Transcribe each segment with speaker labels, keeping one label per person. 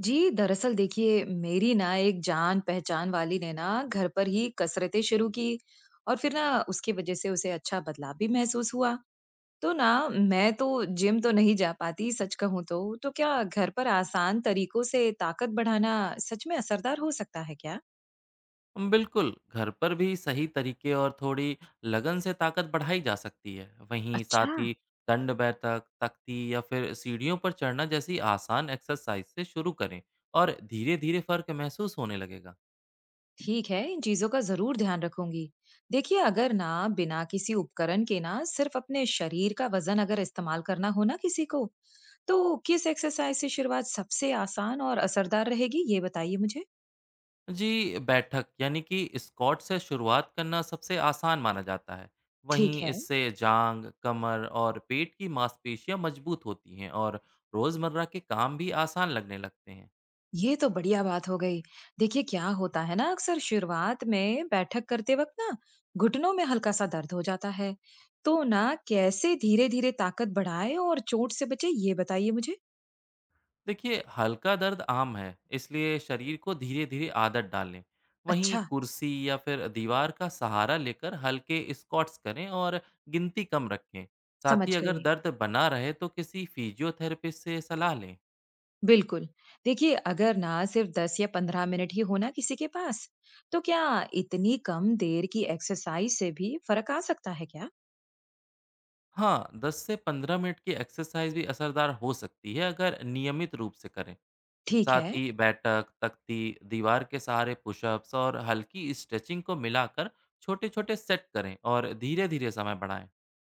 Speaker 1: जी, दरअसल देखिए मेरी ना एक जान-पहचान वाली ने ना घर पर ही कसरतें शुरू की और फिर ना उसकी वज़ह से उसे अच्छा बदलाव भी महसूस हुआ। तो ना मैं तो जिम तो नहीं जा पाती सच कहूँ तो। तो क्या घर पर आसान तरीकों से ताकत बढ़ाना सच में असरदार हो सकता है क्या?
Speaker 2: बिल्कुल घर पर भी सही तरीके और थोड़ी लगन से ताकत बढ़ाई जा सकती है। वहीं
Speaker 1: अच्छा।
Speaker 2: साथ ही दंड बैठक तख्ती या फिर सीढ़ियों पर चढ़ना जैसी आसान एक्सरसाइज से शुरू करें और धीरे धीरे फर्क महसूस होने लगेगा।
Speaker 1: ठीक है, इन चीजों का जरूर ध्यान रखूंगी। देखिए अगर ना बिना किसी उपकरण के ना सिर्फ अपने शरीर का वजन अगर इस्तेमाल करना हो ना किसी को, तो किस एक्सरसाइज से शुरुआत सबसे आसान और असरदार रहेगी ये बताइए मुझे।
Speaker 2: जी, बैठक यानी कि स्क्वाट से शुरुआत करना सबसे आसान माना जाता है।
Speaker 1: ठीक
Speaker 2: वहीं
Speaker 1: है।
Speaker 2: इससे जांग, कमर और पेट की मांसपेशियां मजबूत होती हैं और रोजमर्रा के काम भी आसान लगने लगते हैं।
Speaker 1: ये तो बढ़िया बात हो गई। देखिए क्या होता है ना अक्सर शुरुआत में बैठक करते वक्त ना घुटनों में हल्का सा दर्द हो जाता है। तो ना कैसे धीरे धीरे ताकत बढ़ाए और चोट से बचे ये बताइए मुझे।
Speaker 2: देखिए, हल्का दर्द आम है, इसलिए शरीर को धीरे धीरे आदत डाल लें। वहीं
Speaker 1: अच्छा।
Speaker 2: कुर्सी या फिर दीवार का सहारा लेकर हल्के स्क्वाट्स करें और गिनती कम रखें। साथ ही
Speaker 1: समझ
Speaker 2: अगर
Speaker 1: गई।
Speaker 2: दर्द बना रहे तो किसी फिजियोथेरेपिस्ट से सलाह लें।
Speaker 1: बिल्कुल। देखिए, अगर ना सिर्फ 10 या 15 मिनट ही हो ना किसी के पास, तो क्या इतनी कम देर की एक्सरसाइज से भी फ़र्क आ सकता है क्या?
Speaker 2: हाँ, 10 से 15 मिनट की एक्सरसाइज भी असरदार हो सकती है, अगर नियमित रूप से करें।
Speaker 1: ठीक
Speaker 2: साथ
Speaker 1: है,
Speaker 2: ही बैठक, तख्ती, दीवार के सहारे पुशअप्स और हल्की स्ट्रेचिंग को मिलाकर छोटे छोटे सेट करें और धीरे धीरे समय बढ़ाएं।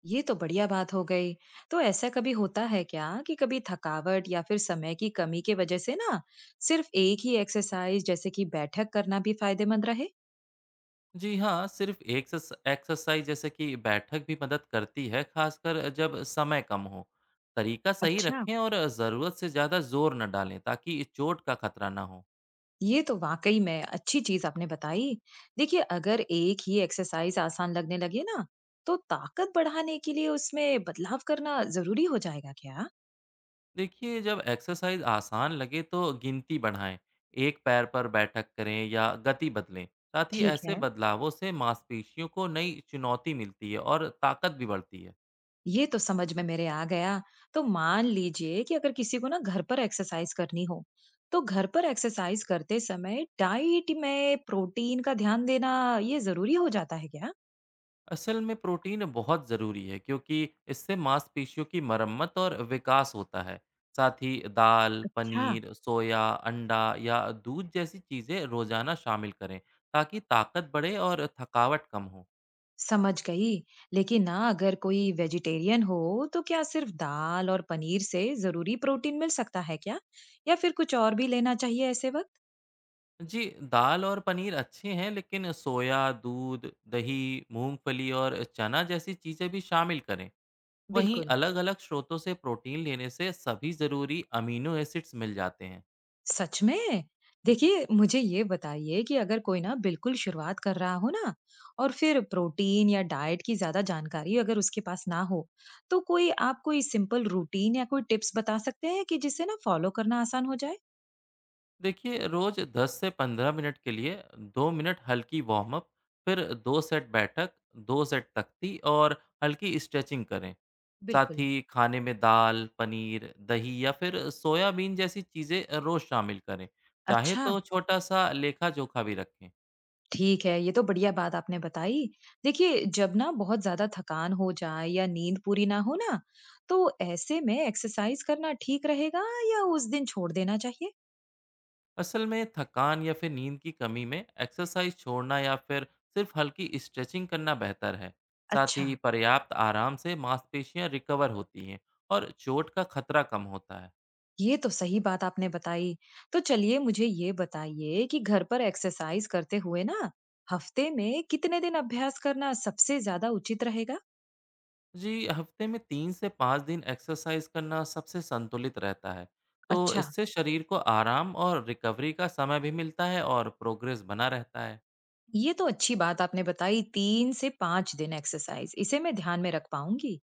Speaker 1: ये तो बढ़िया बात हो गई। तो ऐसा कभी होता है क्या कि कभी थकावट या फिर समय की कमी के वजह से ना सिर्फ एक ही एक्सरसाइज जैसे कि बैठक करना भी फ़ायदेमंद रहे?
Speaker 2: जी हाँ, सिर्फ एक्सरसाइज जैसे कि बैठक भी मदद करती है, खासकर जब समय कम हो। तरीका सही
Speaker 1: अच्छा।
Speaker 2: रखें और ज़रूरत से ज़्यादा जोर न डालें, ताकि चोट का खतरा ना हो।
Speaker 1: ये तो वाकई में अच्छी चीज आपने बताई। देखिए, अगर एक ही एक्सरसाइज आसान लगने लगे ना, तो ताकत बढ़ाने के लिए उसमें बदलाव करना ज़रूरी हो जाएगा क्या?
Speaker 2: देखिए, जब एक्सरसाइज आसान लगे तो गिनती बढ़ाएं, एक पैर पर बैठक करें या गति बदलें। साथ ही
Speaker 1: ठीक
Speaker 2: ऐसे
Speaker 1: है,
Speaker 2: बदलावों से मांसपेशियों को नई चुनौती मिलती है और ताकत भी बढ़ती है।
Speaker 1: ये तो समझ में मेरे आ गया। तो मान लीजिए कि अगर किसी को ना घर पर एक्सरसाइज करनी हो, तो घर पर एक्सरसाइज करते समय डाइट में प्रोटीन का ध्यान देना ये ज़रूरी हो जाता है क्या?
Speaker 2: असल में प्रोटीन बहुत ज़रूरी है, क्योंकि इससे मांसपेशियों की मरम्मत और विकास होता है। साथ ही दाल,
Speaker 1: अच्छा।
Speaker 2: पनीर, सोया, अंडा या दूध जैसी चीज़ें रोज़ाना शामिल करें, ताकि ताकत बढ़े और थकावट कम हो।
Speaker 1: समझ गई। लेकिन ना अगर कोई वेजिटेरियन हो, तो क्या सिर्फ दाल और पनीर से जरूरी प्रोटीन मिल सकता है क्या या फिर कुछ और भी लेना चाहिए ऐसे वक्त?
Speaker 2: जी, दाल और पनीर अच्छे हैं, लेकिन सोया दूध, दही, मूंगफली और चना जैसी चीज़ें भी शामिल करें। वहीं
Speaker 1: बिल्कुल।
Speaker 2: अलग-अलग स्रोतों से प्रोटीन लेने से सभी ज़रूरी अमीनो एसिड्स मिल जाते हैं।
Speaker 1: सच में, देखिए मुझे ये बताइए कि अगर कोई ना बिल्कुल शुरुआत कर रहा हो ना और फिर प्रोटीन या डाइट की ज्यादा जानकारी अगर उसके पास ना हो, तो कोई आप कोई सिंपल रूटीन या कोई टिप्स बता सकते हैं कि जिससे ना फॉलो करना आसान हो जाए।
Speaker 2: देखिए, रोज 10 से 15 मिनट के लिए 2 मिनट हल्की वार्म अप, फिर 2 सेट बैठक, 2 सेट तख्ती और हल्की स्ट्रेचिंग करें। साथ
Speaker 1: बिल्कुल।
Speaker 2: ही खाने में दाल, पनीर, दही या फिर सोयाबीन जैसी चीज़ें रोज शामिल करें। चाहे
Speaker 1: अच्छा।
Speaker 2: तो छोटा सा लेखा जोखा भी रखें।
Speaker 1: ठीक है, ये तो बढ़िया बात आपने बताई। देखिए, जब ना बहुत ज़्यादा थकान हो जाए या नींद पूरी ना हो ना, तो ऐसे में एक्सरसाइज़ करना ठीक रहेगा या उस दिन छोड़ देना चाहिए?
Speaker 2: असल में थकान या फिर नींद की कमी में एक्सरसाइज छोड़ना या फिर सिर्फ हल्की स्ट्रेचिंग करना बेहतर है। साथ
Speaker 1: अच्छा,
Speaker 2: ही पर्याप्त आराम से मांसपेशियां रिकवर होती हैं और चोट का खतरा कम होता है।
Speaker 1: ये तो सही बात आपने बताई। तो चलिए मुझे ये बताइए कि घर पर एक्सरसाइज़ करते हुए ना, हफ्ते में कितने दिन अभ्यास करना सबसे ज़्यादा उचित रहेगा?
Speaker 2: जी, हफ्ते में 3 से 5 दिन एक्सरसाइज करना सबसे संतुलित रहता है। तो
Speaker 1: अच्छा,
Speaker 2: इससे शरीर को आराम और रिकवरी का समय भी मिलता है और प्रोग्रेस बना रहता है।
Speaker 1: ये तो अच्छी बात आपने बताई। 3 से 5 दिन एक्सरसाइज़, इसे मैं ध्यान में रख पाऊँगी।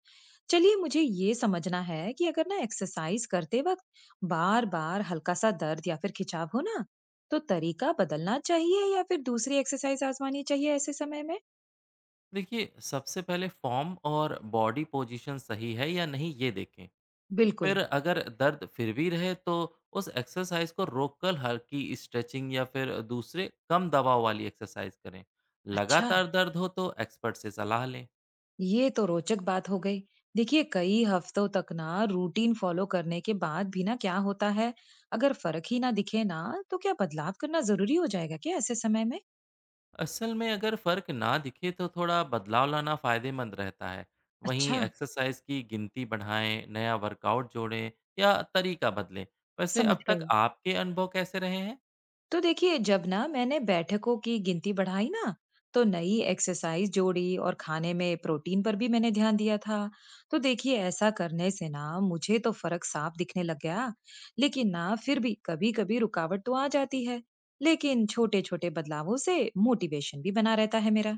Speaker 1: चलिए मुझे ये समझना है कि अगर ना एक्सरसाइज करते वक्त बार बार हल्का सा दर्द या फिर खिंचाव हो ना, तो तरीका बदलना चाहिए या फिर दूसरी एक्सरसाइज आजमानी चाहिए ऐसे समय में?
Speaker 2: देखिए, सबसे पहले फॉर्म और बॉडी पोजीशन सही है या नहीं, ये देखें।
Speaker 1: बिल्कुल।
Speaker 2: फिर अगर दर्द फिर भी रहे तो उस एक्सरसाइज को रोककर हल्की स्ट्रेचिंग या फिर दूसरे कम दबाव वाली एक्सरसाइज करें।
Speaker 1: अच्छा।
Speaker 2: लगातार दर्द हो तो एक्सपर्ट से सलाह लें।
Speaker 1: ये तो रोचक बात हो गई। देखिए कई हफ्तों तक ना रूटीन फॉलो करने के बाद भी ना क्या होता है अगर फर्क ही ना दिखे ना, तो क्या बदलाव करना जरूरी हो जाएगा क्या ऐसे समय में?
Speaker 2: असल में अगर फर्क ना दिखे तो थोड़ा बदलाव लाना फायदेमंद रहता है। वहीं
Speaker 1: अच्छा।
Speaker 2: एक्सरसाइज की गिनती बढ़ाएं, नया वर्कआउट जोड़ें या तरीका बदलें। वैसे
Speaker 1: समझ
Speaker 2: अब तक
Speaker 1: गई।
Speaker 2: आपके अनुभव कैसे रहे हैं?
Speaker 1: तो देखिए जब ना मैंने बैठकों की गिनती बढ़ाई ना, तो नई एक्सरसाइज जोड़ी और खाने में प्रोटीन पर भी मैंने ध्यान दिया था। तो देखिए ऐसा करने से ना मुझे तो फर्क साफ दिखने लग गया। लेकिन ना फिर भी कभी-कभी रुकावट तो आ जाती है, लेकिन छोटे-छोटे बदलावों से मोटिवेशन भी बना रहता है मेरा।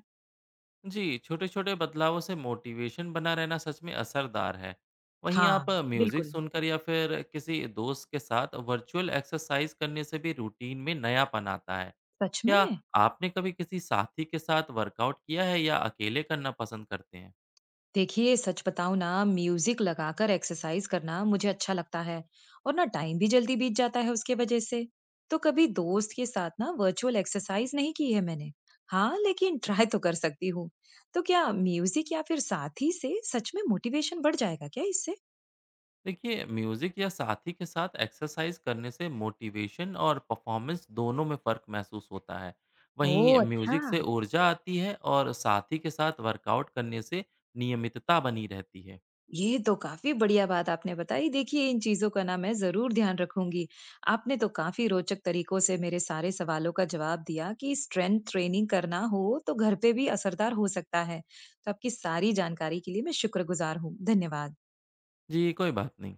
Speaker 2: जी, छोटे छोटे बदलावों से मोटिवेशन बना रहना सच में असरदार है। वहीं आप
Speaker 1: हाँ।
Speaker 2: म्यूजिक
Speaker 1: बिल्कुल।
Speaker 2: सुनकर या फिर किसी दोस्त के साथ वर्चुअल एक्सरसाइज करने से भी रूटीन में नयापन आता है।
Speaker 1: सच
Speaker 2: क्या
Speaker 1: में।
Speaker 2: आपने कभी किसी साथी के साथ वर्कआउट किया है या अकेले करना पसंद करते हैं?
Speaker 1: देखिए सच बताऊं ना म्यूजिक लगाकर एक्सरसाइज करना मुझे अच्छा लगता है और ना टाइम भी जल्दी बीत जाता है उसके वजह से। तो कभी दोस्त के साथ ना वर्चुअल एक्सरसाइज नहीं की है मैंने। हाँ, लेकिन ट्राई तो कर सकती हूँ। तो क्या म्यूजिक या फिर साथी से सच में मोटिवेशन बढ़ जाएगा क्या इससे?
Speaker 2: देखिए, म्यूज़िक या साथी के साथ एक्सरसाइज करने से मोटिवेशन और परफॉर्मेंस दोनों में फ़र्क महसूस होता है। वहीं
Speaker 1: ओह, अच्छा।
Speaker 2: म्यूज़िक से ऊर्जा आती है और साथी के साथ वर्कआउट करने से नियमितता बनी रहती है।
Speaker 1: ये तो काफ़ी बढ़िया बात आपने बताई। देखिए, इन चीज़ों का ना मैं ज़रूर ध्यान रखूँगी। आपने तो काफ़ी रोचक तरीकों से मेरे सारे सवालों का जवाब दिया कि स्ट्रेंथ ट्रेनिंग करना हो, तो घर पे भी असरदार हो सकता है। तो आपकी सारी जानकारी के लिए मैं शुक्रगुज़ार हूँ। धन्यवाद।
Speaker 2: जी, कोई बात नहीं।